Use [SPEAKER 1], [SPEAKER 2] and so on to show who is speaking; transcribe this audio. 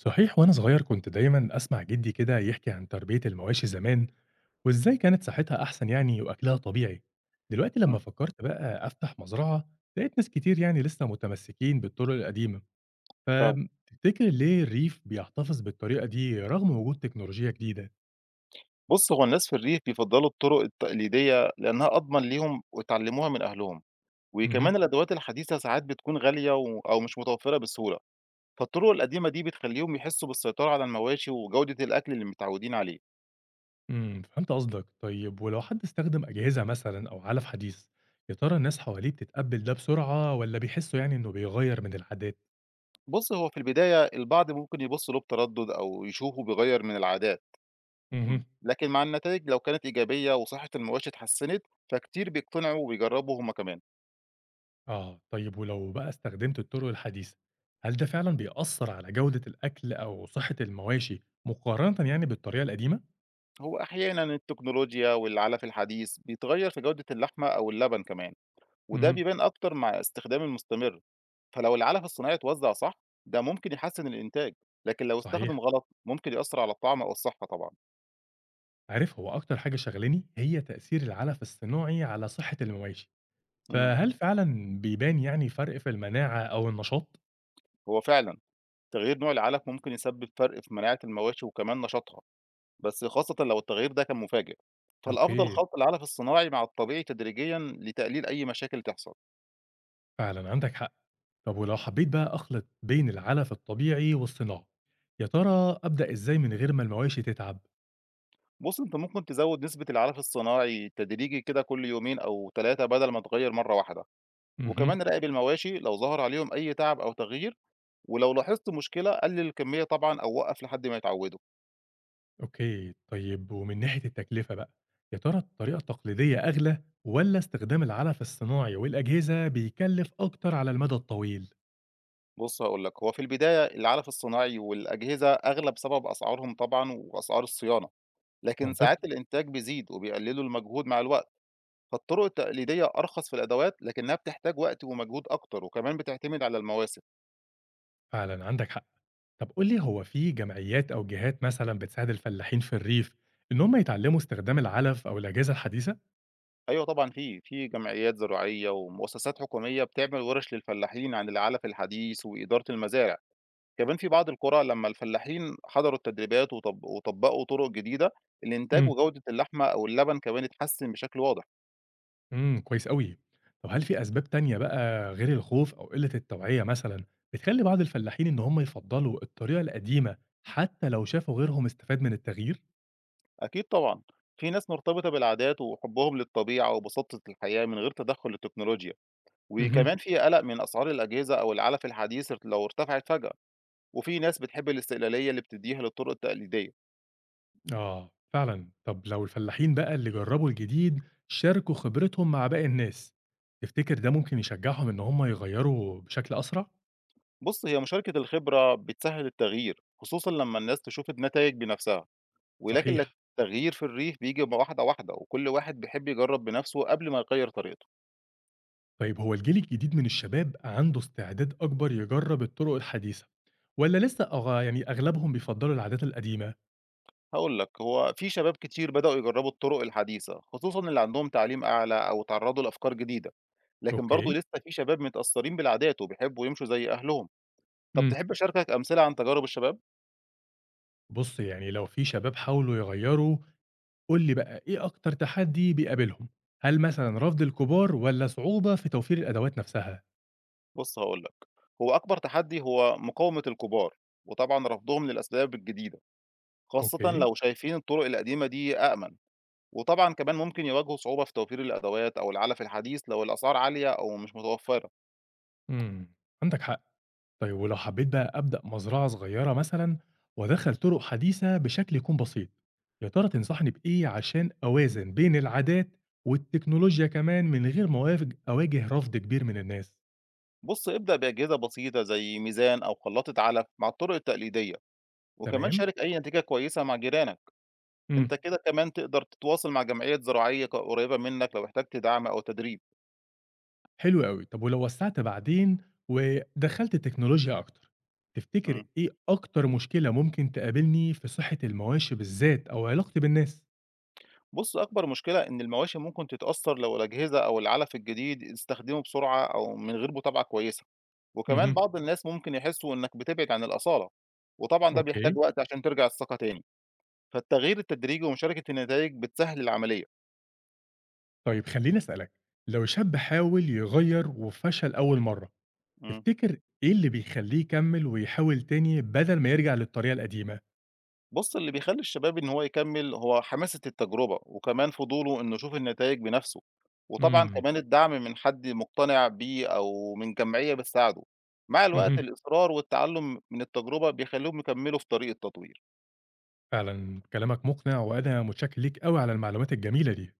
[SPEAKER 1] صحيح، وأنا صغير كنت دايمًا أسمع جدي كده يحكي عن تربية المواشي زمان، وإزاي كانت صحتها أحسن يعني وأكلها طبيعي. دلوقتي لما
[SPEAKER 2] إمم،
[SPEAKER 1] فكرت بقى أفتح مزرعة، لقيت ناس كتير يعني لسه متمسكين بالطرق القديمة،
[SPEAKER 2] فعلًا.
[SPEAKER 1] فتفتكر ليه الريف بيحتفظ بالطريقة دي رغم وجود تكنولوجيا جديدة؟
[SPEAKER 2] بُص، هو الناس في الريف بيفضّلوا الطرق التقليدية لإنها أضمن ليهم واتعلّموها من أهلهم، وكمان
[SPEAKER 1] اهم،
[SPEAKER 2] الأدوات الحديثة ساعات بتكون غالية و أو مش متوفّرة بسهولة، فالطرق القديمة دي بتخلّيهم يحسّوا بالسيطرة على المواشي وجودة الأكل اللي متعوّدين عليه.
[SPEAKER 1] إمم، فهمت قصدك. طيب ولو حد استخدم أجهزة مثلًا أو علف حديث، يا ترى الناس حواليه بتتقبل ده بسرعة والّا بيحسوا يعني إنه بيغير من العادات؟
[SPEAKER 2] بُص، هو في البداية البعض ممكن يبُص له بتردُّد أو يشوفه بيغيّر من العادات،
[SPEAKER 1] اهم.
[SPEAKER 2] لكن مع النتايج لو كانت إيجابية وصحّة المواشي اتحسّنت، فكتير بيقتنعوا وبيجرّبوا هم كمان.
[SPEAKER 1] آه، طيب ولو بقى استخدمت الطرق الحديثة، هل ده فعلًا بيأثّر على جودة الأكل أو صحة المواشي مقارنة يعني بالطريقة القديمة؟
[SPEAKER 2] هو أحيانًا التكنولوجيا والعَلَف الحديث بيتغيّر في جودة اللحمة أو اللبن كمان. وده
[SPEAKER 1] اهم.
[SPEAKER 2] بيبان أكتر مع استخدام المستمر، فلو العلف الصناعي اتوزع صح ده ممكن يحسن الإنتاج، لكن لو استخدم
[SPEAKER 1] صحيح،
[SPEAKER 2] غلط ممكن يأثر على الطعم أو الصحة طبعًا.
[SPEAKER 1] عارف هو أكتر حاجة شاغلاني هي تأثير العلف الصناعي على صحة المواشي،
[SPEAKER 2] إمم،
[SPEAKER 1] فهل فعلًا بيبان يعني فرق في المناعة أو النشاط؟
[SPEAKER 2] هو فعلًا تغيير نوع العلف ممكن يسبب فرق في مناعة المواشي وكمان نشاطها، بس خاصة لو التغيير ده كان مفاجئ. فالأفضل
[SPEAKER 1] أوكي،
[SPEAKER 2] خلط العلف الصناعي مع الطبيعي تدريجيًا لتقليل أي مشاكل تحصل.
[SPEAKER 1] فعلًا عندك حق، طب ولو حبيت بقى أخلط بين العلف الطبيعي والصناعي، يا ترى أبدأ إزاي من غير ما المواشي تتعب؟
[SPEAKER 2] بُص أنت ممكن تزود نسبة العلف الصناعي تدريجي كده كل يومين أو 3 بدل ما تغير مرة واحدة،
[SPEAKER 1] اهم.
[SPEAKER 2] وكمان راقب المواشي لو ظهر عليهم أي تعب أو تغيير ولو لاحظت مشكلة قلل الكمية طبعًا أو وقّف لحد ما يتعودوا.
[SPEAKER 1] أوكي، طيب ومن ناحية التكلفة بقى، يا ترى الطريقة التقليدية أغلى والّا استخدام العلف الصناعي والأجهزة بيكلف أكتر على المدى الطويل؟
[SPEAKER 2] بُص هاقول لك، هو في البداية العلف الصناعي والأجهزة أغلى بسبب أسعارهم طبعًا وأسعار الصيانة، لكن ساعات
[SPEAKER 1] منطقي،
[SPEAKER 2] الإنتاج بيزيد وبيقللوا المجهود مع الوقت، فالطرق التقليدية أرخص في الأدوات لكنها بتحتاج وقت ومجهود أكتر وكمان بتعتمد على المواسم.
[SPEAKER 1] فعلًا عندك حق. طب قُل لي هو في جمعيات أو جهات مثلًا بتساعد الفلاحين في الريف إن هم يتعلموا استخدام العلف أو الأجهزة الحديثة؟
[SPEAKER 2] أيوه طبعًا في جمعيات زراعية ومؤسسات حكومية بتعمل ورش للفلاحين عن العلف الحديث وإدارة المزارع. كمان في بعض القرى لما الفلاحين حضروا التدريبات وطبقوا طرق جديدة، الإنتاج
[SPEAKER 1] إمم،
[SPEAKER 2] وجودة اللحمة أو اللبن كمان اتحسن بشكل واضح.
[SPEAKER 1] إمم، كويس أوي. طب هل في أسباب تانية بقى غير الخوف أو قلة التوعية مثلًا بتخلي بعض الفلاحين إن هم يفضّلوا الطريقة القديمة حتى لو شافوا غيرهم استفاد من التغيير؟
[SPEAKER 2] أكيد طبعا، في ناس مرتبطة بالعادات وحبهم للطبيعة وبساطة الحياة من غير تدخل التكنولوجيا،
[SPEAKER 1] اهم.
[SPEAKER 2] وكمان في قلق من أسعار الأجهزة أو العلف الحديث لو ارتفعت فجأة، وفي ناس بتحب الاستقلالية اللي بتديها للطرق التقليدية.
[SPEAKER 1] آه فعلا، طب لو الفلاحين بقى اللي جربوا الجديد شاركوا خبرتهم مع باقي الناس، تفتكر ده ممكن يشجعهم ان هم يغيروا بشكل اسرع؟
[SPEAKER 2] بص هي مشاركة الخبرة بتسهل التغيير خصوصا لما الناس تشوف النتائج بنفسها، ولكن
[SPEAKER 1] صحيح.
[SPEAKER 2] التغيير في الريف بييجي واحدة، واحدة، وكل واحد بيحب يجرّب بنَفْسه قبل ما يغيّر طريقته.
[SPEAKER 1] طيب هو الجيل الجديد من الشباب عنده استعداد اكبر يجرب الطرق الحديثه، ولا لسه يعني اغلبهم بيفضلوا العادات القديمه؟
[SPEAKER 2] هاقول لك، هو في شباب كتير بدأوا يجرّبوا الطرق الحديثة، خصوصًا اللي عندهم تعليم أعلى أو اتعرّضوا لأفكار جديدة، لكن برضه
[SPEAKER 1] اوكي.
[SPEAKER 2] لسه في شباب متأثّرين بالعادات وبيحبّوا يمشوا زي أهلهم. طَب
[SPEAKER 1] امم،
[SPEAKER 2] تحب أشاركك أمثلة عن تجارب الشباب؟
[SPEAKER 1] بص يعني لو في شباب حاولوا يغيروا، قول لي بقى ايه اكتر تحدي بيقابلهم؟ هل مثلا رفض الكبار ولا صعوبه في توفير الادوات نفسها؟
[SPEAKER 2] بُص هاقول لك، هو أكبر تحدّي هو مقاومة الكبار، وطبعًا رفضهم للأسباب الجديدة، خاصةً
[SPEAKER 1] اوكي.
[SPEAKER 2] لو شايفين الطرق القديمة دي أأمن. وطبعًا كمان ممكن يواجهوا صعوبة في توفير الأدوات أو العلف الحديث لو الأسعار عالية أو مش متوفرة.
[SPEAKER 1] امم عندك حق. طيب ولو حبيت بقى أبدأ مزرعة صغيرة مثلا وأدخل طرق حديثة بشكل يكون بسيط، يا ترى تنصحني بإيه عشان أوازن بين العادات والتكنولوجيا كمان من غير ما أواجه رفض كبير من الناس؟
[SPEAKER 2] بُص، ابدأ بأجهزة بسيطة زي ميزان أو خلاطة علف مع الطرق التقليدية، وكمان
[SPEAKER 1] تمام؟
[SPEAKER 2] شارك أي نتيجة كويسة مع جيرانك. أنت
[SPEAKER 1] امم
[SPEAKER 2] كده كمان تقدر تتواصل مع جمعيات زراعية قريبة منك لو احتجت دعم أو تدريب.
[SPEAKER 1] حلو قوي. طب ولو وسعت بعدين ودخلت التكنولوجيا أكتر، تفتكر
[SPEAKER 2] امم.
[SPEAKER 1] إيه أكتر مشكلة ممكن تقابلني في صحة المواشي بالذات أو علاقتي بالناس؟
[SPEAKER 2] بُص، أكبر مشكلة إن المواشي ممكن تتأثر لو الأجهزة أو العلف الجديد استخدموا بسرعة أو من غير متابعة كويسة، وكمان
[SPEAKER 1] امم،
[SPEAKER 2] بعض الناس ممكن يحسوا إنك بتبعد عن الأصالة، وطبعًا ده بيحتاج
[SPEAKER 1] اوكي.
[SPEAKER 2] وقت عشان ترجع الثقة تاني. فالتغيير التدريجي ومشاركة النتائج بتسهل العملية.
[SPEAKER 1] طيب خليني اسالك، لو شاب حاول يغير وفشل اول مره،
[SPEAKER 2] امم
[SPEAKER 1] تفتكر إيه اللي بيخلّيه يكمّل ويحاول تاني بدل ما يرجع للطريقة القديمة؟
[SPEAKER 2] بُص اللي بيخلّي الشباب إن هو يكمّل هو حماسة التجربة، وكمان فضوله إنه يشوف النتائج بنفسه، وطبعًا
[SPEAKER 1] إمم،
[SPEAKER 2] كمان الدعم من حد مقتنع بيه أو من جمعية بتساعده. مع الوقت
[SPEAKER 1] اهم،
[SPEAKER 2] الإصرار والتعلم من التجربة بيخلّيهم يكمّلوا في طريق التطوير.
[SPEAKER 1] فعلًا كلامك مقنع وأنا متشكر ليك أوي على المعلومات الجميلة دي.